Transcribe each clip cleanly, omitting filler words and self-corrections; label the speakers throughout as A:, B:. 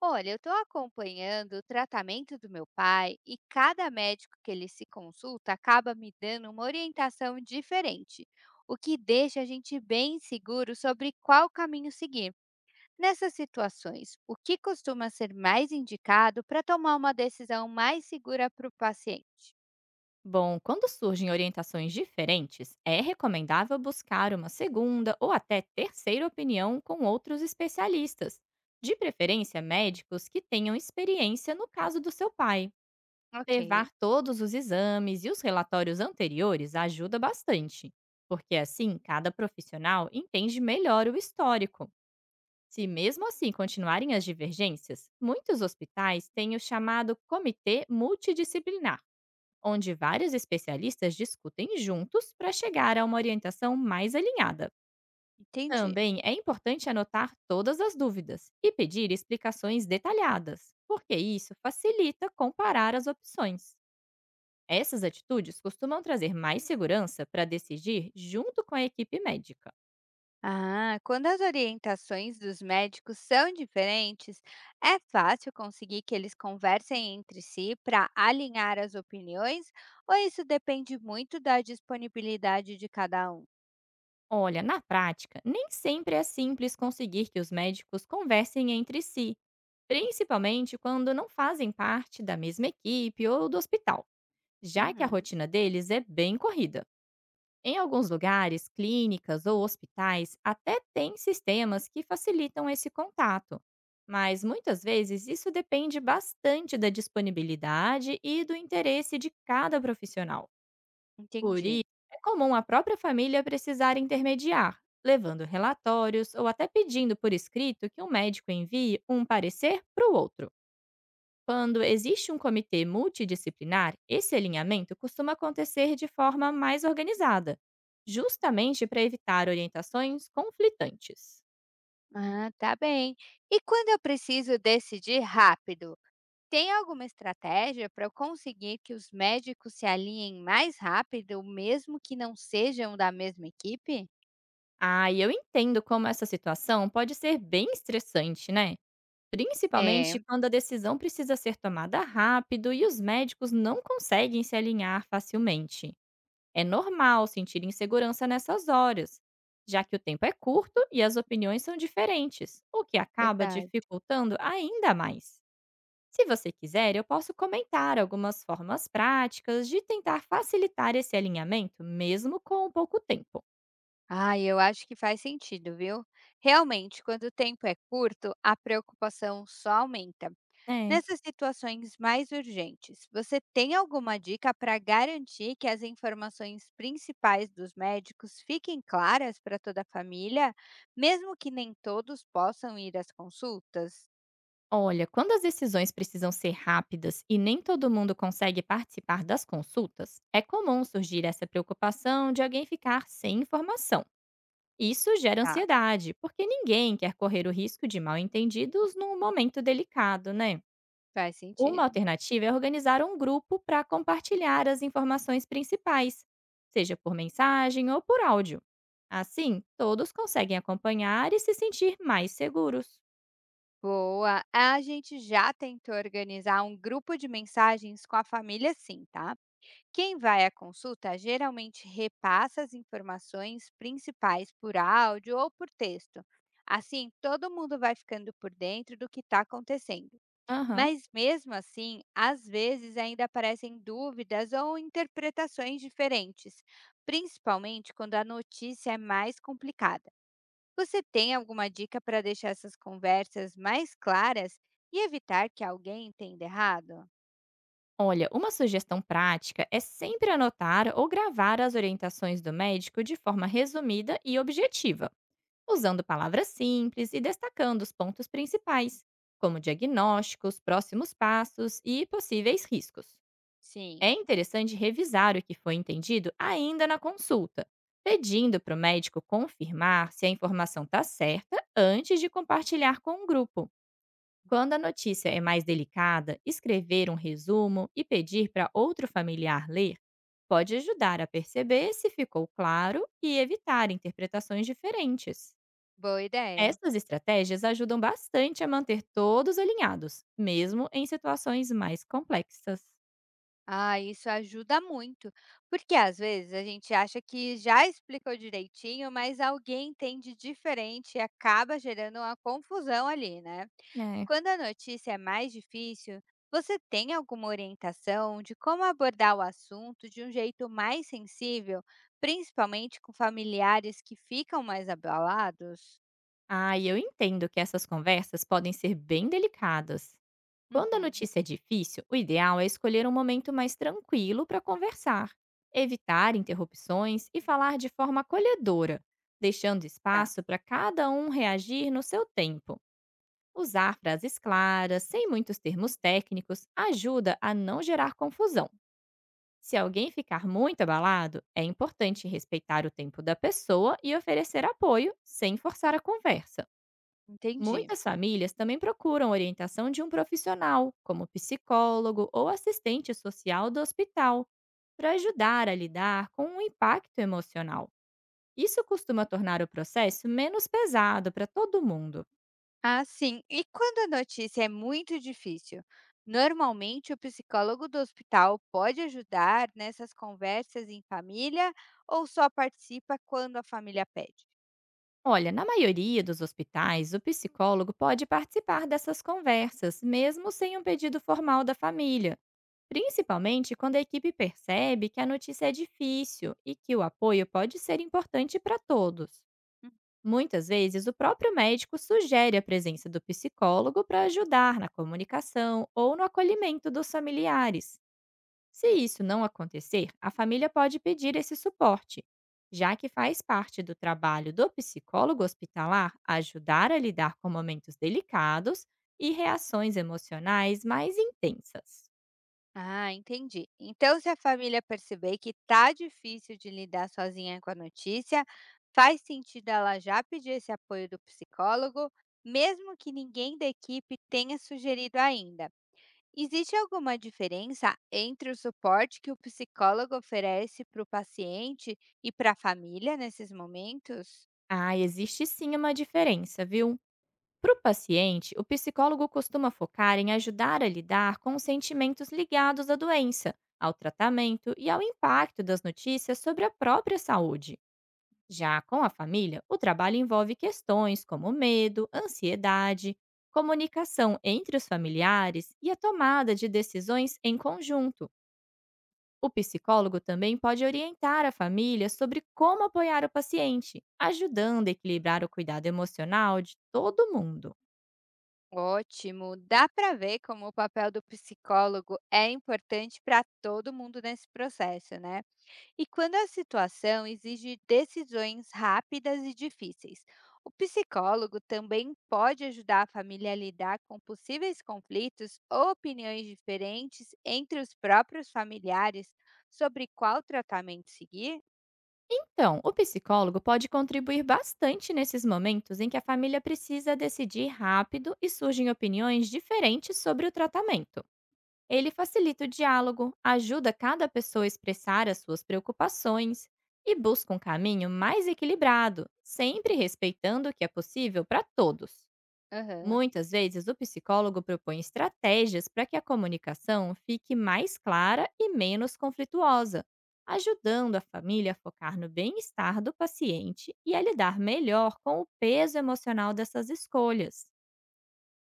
A: Olha, eu estou acompanhando o tratamento do meu pai e cada médico que ele se consulta acaba me dando uma orientação diferente, o que deixa a gente bem seguro sobre qual caminho seguir. Nessas situações, o que costuma ser mais indicado para tomar uma decisão mais segura para o paciente?
B: Bom, quando surgem orientações diferentes, é recomendável buscar uma segunda ou até terceira opinião com outros especialistas, de preferência médicos que tenham experiência no caso do seu pai.
A: Ok,
B: Levar todos os exames e os relatórios anteriores ajuda bastante, porque assim cada profissional entende melhor o histórico. Se mesmo assim continuarem as divergências, muitos hospitais têm o chamado comitê multidisciplinar onde vários especialistas discutem juntos para chegar a uma orientação mais alinhada.
A: entendi.
B: Também é importante anotar todas as dúvidas e pedir explicações detalhadas, porque isso facilita comparar as opções. Essas atitudes costumam trazer mais segurança para decidir junto com a equipe médica.
A: Ah, quando as orientações dos médicos são diferentes, é fácil conseguir que eles conversem entre si para alinhar as opiniões, ou isso depende muito da disponibilidade de cada um?
B: Olha, na prática, nem sempre é simples conseguir que os médicos conversem entre si, principalmente quando não fazem parte da mesma equipe ou do hospital, já que a
A: Uhum,
B: rotina deles é bem corrida. Em alguns lugares, clínicas ou hospitais até têm sistemas que facilitam esse contato, mas muitas vezes isso depende bastante da disponibilidade e do interesse de cada profissional. Por isso,
A: entendi.
B: é comum a própria família precisar intermediar, levando relatórios ou até pedindo por escrito que um médico envie um parecer para o outro. Quando existe um comitê multidisciplinar, esse alinhamento costuma acontecer de forma mais organizada, justamente para evitar orientações conflitantes.
A: Ah, tá bem. E quando eu preciso decidir rápido, tem alguma estratégia para eu conseguir que os médicos se alinhem mais rápido, mesmo que não sejam da mesma equipe?
B: Ah, e eu entendo como essa situação pode ser bem estressante, né?
A: É,
B: Principalmente quando a decisão precisa ser tomada rápido e os médicos não conseguem se alinhar facilmente. É normal sentir insegurança nessas horas, já que o tempo é curto e as opiniões são diferentes, o que acaba
A: verdade.
B: dificultando ainda mais. Se você quiser, eu posso comentar algumas formas práticas de tentar facilitar esse alinhamento, mesmo com pouco tempo.
A: Ah, eu acho que faz sentido, viu? Realmente, quando o tempo é curto, a preocupação só aumenta.
B: É.
A: Nessas situações mais urgentes, você tem alguma dica para garantir que as informações principais dos médicos fiquem claras para toda a família, mesmo que nem todos possam ir às consultas?
B: Olha, quando as decisões precisam ser rápidas e nem todo mundo consegue participar das consultas, é comum surgir essa preocupação de alguém ficar sem informação. Isso gera
A: Tá,
B: ansiedade, porque ninguém quer correr o risco de mal-entendidos num momento delicado, né?
A: faz
B: Uma
A: sentido.
B: alternativa é organizar um grupo para compartilhar as informações principais, seja por mensagem ou por áudio. Assim, todos conseguem acompanhar e se sentir mais seguros.
A: Boa! A gente já tentou organizar um grupo de mensagens com a família, sim, tá? Quem vai à consulta geralmente repassa as informações principais por áudio ou por texto. Assim, todo mundo vai ficando por dentro do que está acontecendo.
B: Aham.
A: Mas mesmo assim, às vezes ainda aparecem dúvidas ou interpretações diferentes, principalmente quando a notícia é mais complicada. Você tem alguma dica para deixar essas conversas mais claras e evitar que alguém entenda errado?
B: Olha, uma sugestão prática é sempre anotar ou gravar as orientações do médico de forma resumida e objetiva, usando palavras simples e destacando os pontos principais, como diagnósticos, próximos passos e possíveis riscos. É
A: Sim.
B: interessante revisar o que foi entendido ainda na consulta, pedindo para o médico confirmar se a informação está certa antes de compartilhar com o grupo. Quando a notícia é mais delicada, escrever um resumo e pedir para outro familiar ler pode ajudar a perceber se ficou claro e evitar interpretações diferentes.
A: Boa ideia!
B: Essas estratégias ajudam bastante a manter todos alinhados, mesmo em situações mais complexas.
A: Ah, isso ajuda muito, porque às vezes a gente acha que já explicou direitinho, mas alguém entende diferente e acaba gerando uma confusão ali, né?
B: É.
A: Quando a notícia é mais difícil, você tem alguma orientação de como abordar o assunto de um jeito mais sensível, principalmente com familiares que ficam mais abalados?
B: Ah, e eu entendo que essas conversas podem ser bem delicadas. Quando a
A: Uhum,
B: notícia é difícil, o ideal é escolher um momento mais tranquilo para conversar, evitar interrupções e falar de forma acolhedora, deixando
A: tá,
B: espaço para cada um reagir no seu tempo. Usar frases claras, sem muitos termos técnicos, ajuda a não gerar confusão. Se alguém ficar muito abalado, é importante respeitar o tempo da pessoa e oferecer apoio sem forçar a conversa.
A: entendi.
B: Muitas famílias também procuram orientação de um profissional, como psicólogo ou assistente social do hospital, para ajudar a lidar com o impacto emocional. Isso costuma tornar o processo menos pesado para todo mundo.
A: Ah, sim. E quando a notícia é muito difícil? Normalmente, o psicólogo do hospital pode ajudar nessas conversas em família ou só participa quando a família pede?
B: Olha, na maioria dos hospitais, o psicólogo pode participar dessas conversas, mesmo sem um pedido formal da família. Principalmente quando a equipe percebe que a notícia é difícil e que o apoio pode ser importante para todos.
A: Hum.
B: Muitas vezes, o próprio médico sugere a presença do psicólogo para ajudar na comunicação ou no acolhimento dos familiares. Se isso não acontecer, a família pode pedir esse suporte, já que faz parte do trabalho do psicólogo hospitalar ajudar a lidar com momentos delicados e reações emocionais mais intensas.
A: Ah, entendi. Então, se a família perceber que tá difícil de lidar sozinha com a notícia, faz sentido ela já pedir esse apoio do psicólogo, mesmo que ninguém da equipe tenha sugerido ainda. Existe alguma diferença entre o suporte que o psicólogo oferece para o paciente e para a família nesses momentos?
B: Ah, existe sim uma diferença, viu? Para o paciente, o psicólogo costuma focar em ajudar a lidar com os sentimentos ligados à doença, ao tratamento e ao impacto das notícias sobre a própria saúde. Já com a família, o trabalho envolve questões como medo, ansiedade, comunicação entre os familiares e a tomada de decisões em conjunto. O psicólogo também pode orientar a família sobre como apoiar o paciente, ajudando a equilibrar o cuidado emocional de todo mundo.
A: Ótimo! Dá para ver como o papel do psicólogo é importante para todo mundo nesse processo, né? E quando a situação exige decisões rápidas e difíceis, o psicólogo também pode ajudar a família a lidar com possíveis conflitos ou opiniões diferentes entre os próprios familiares sobre qual tratamento seguir?
B: Então, o psicólogo pode contribuir bastante nesses momentos em que a família precisa decidir rápido e surgem opiniões diferentes sobre o tratamento. Ele facilita o diálogo, ajuda cada pessoa a expressar as suas preocupações e busca um caminho mais equilibrado, sempre respeitando o que é possível para todos.
A: Aham.
B: Muitas vezes, o psicólogo propõe estratégias para que a comunicação fique mais clara e menos conflituosa, ajudando a família a focar no bem-estar do paciente e a lidar melhor com o peso emocional dessas escolhas.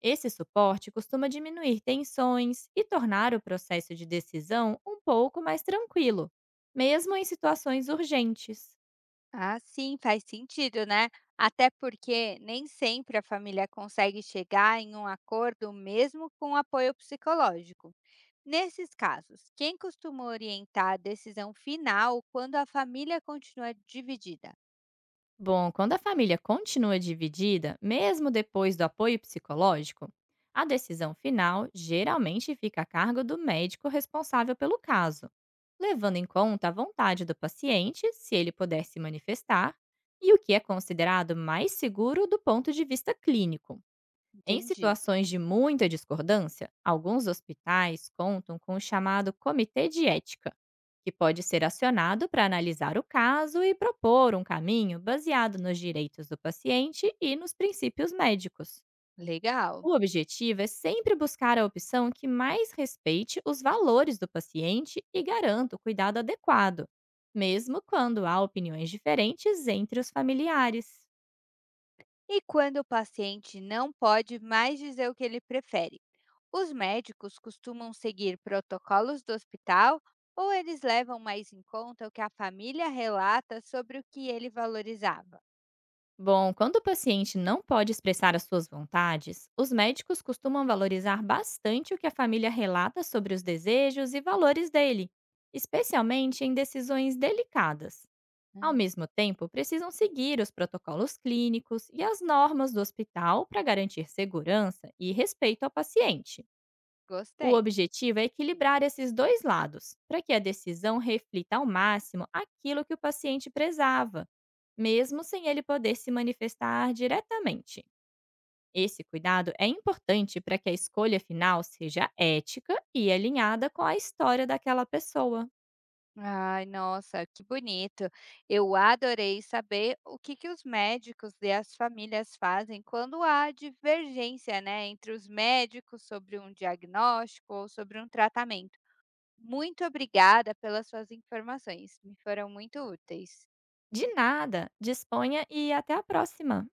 B: Esse suporte costuma diminuir tensões e tornar o processo de decisão um pouco mais tranquilo, mesmo em situações urgentes.
A: Ah, sim, faz sentido, né? Até porque nem sempre a família consegue chegar em um acordo, mesmo com apoio psicológico. Nesses casos, quem costuma orientar a decisão final quando a família continua dividida?
B: Bom, quando a família continua dividida, mesmo depois do apoio psicológico, a decisão final geralmente fica a cargo do médico responsável pelo caso, levando em conta a vontade do paciente, se ele puder se manifestar, e o que é considerado mais seguro do ponto de vista clínico. Em
A: Entendi.
B: situações de muita discordância, alguns hospitais contam com o chamado Comitê de Ética, que pode ser acionado para analisar o caso e propor um caminho baseado nos direitos do paciente e nos princípios médicos.
A: Legal.
B: O objetivo é sempre buscar a opção que mais respeite os valores do paciente e garanta o cuidado adequado, mesmo quando há opiniões diferentes entre os familiares.
A: E quando o paciente não pode mais dizer o que ele prefere? Os médicos costumam seguir protocolos do hospital ou eles levam mais em conta o que a família relata sobre o que ele valorizava?
B: Bom, quando o paciente não pode expressar as suas vontades, os médicos costumam valorizar bastante o que a família relata sobre os desejos e valores dele, especialmente em decisões delicadas. Ao
A: Ah.
B: mesmo tempo, precisam seguir os protocolos clínicos e as normas do hospital para garantir segurança e respeito ao paciente. O
A: Gostei.
B: objetivo é equilibrar esses dois lados, para que a decisão reflita ao máximo aquilo que o paciente prezava, mesmo sem ele poder se manifestar diretamente. Esse cuidado é importante para que a escolha final seja ética e alinhada com a história daquela pessoa.
A: Ai, nossa, que bonito. Eu adorei saber o que que os médicos e as famílias fazem quando há divergência, né, entre os médicos sobre um diagnóstico ou sobre um tratamento. Muito obrigada pelas suas informações, me foram muito úteis.
B: De nada, disponha e até a próxima!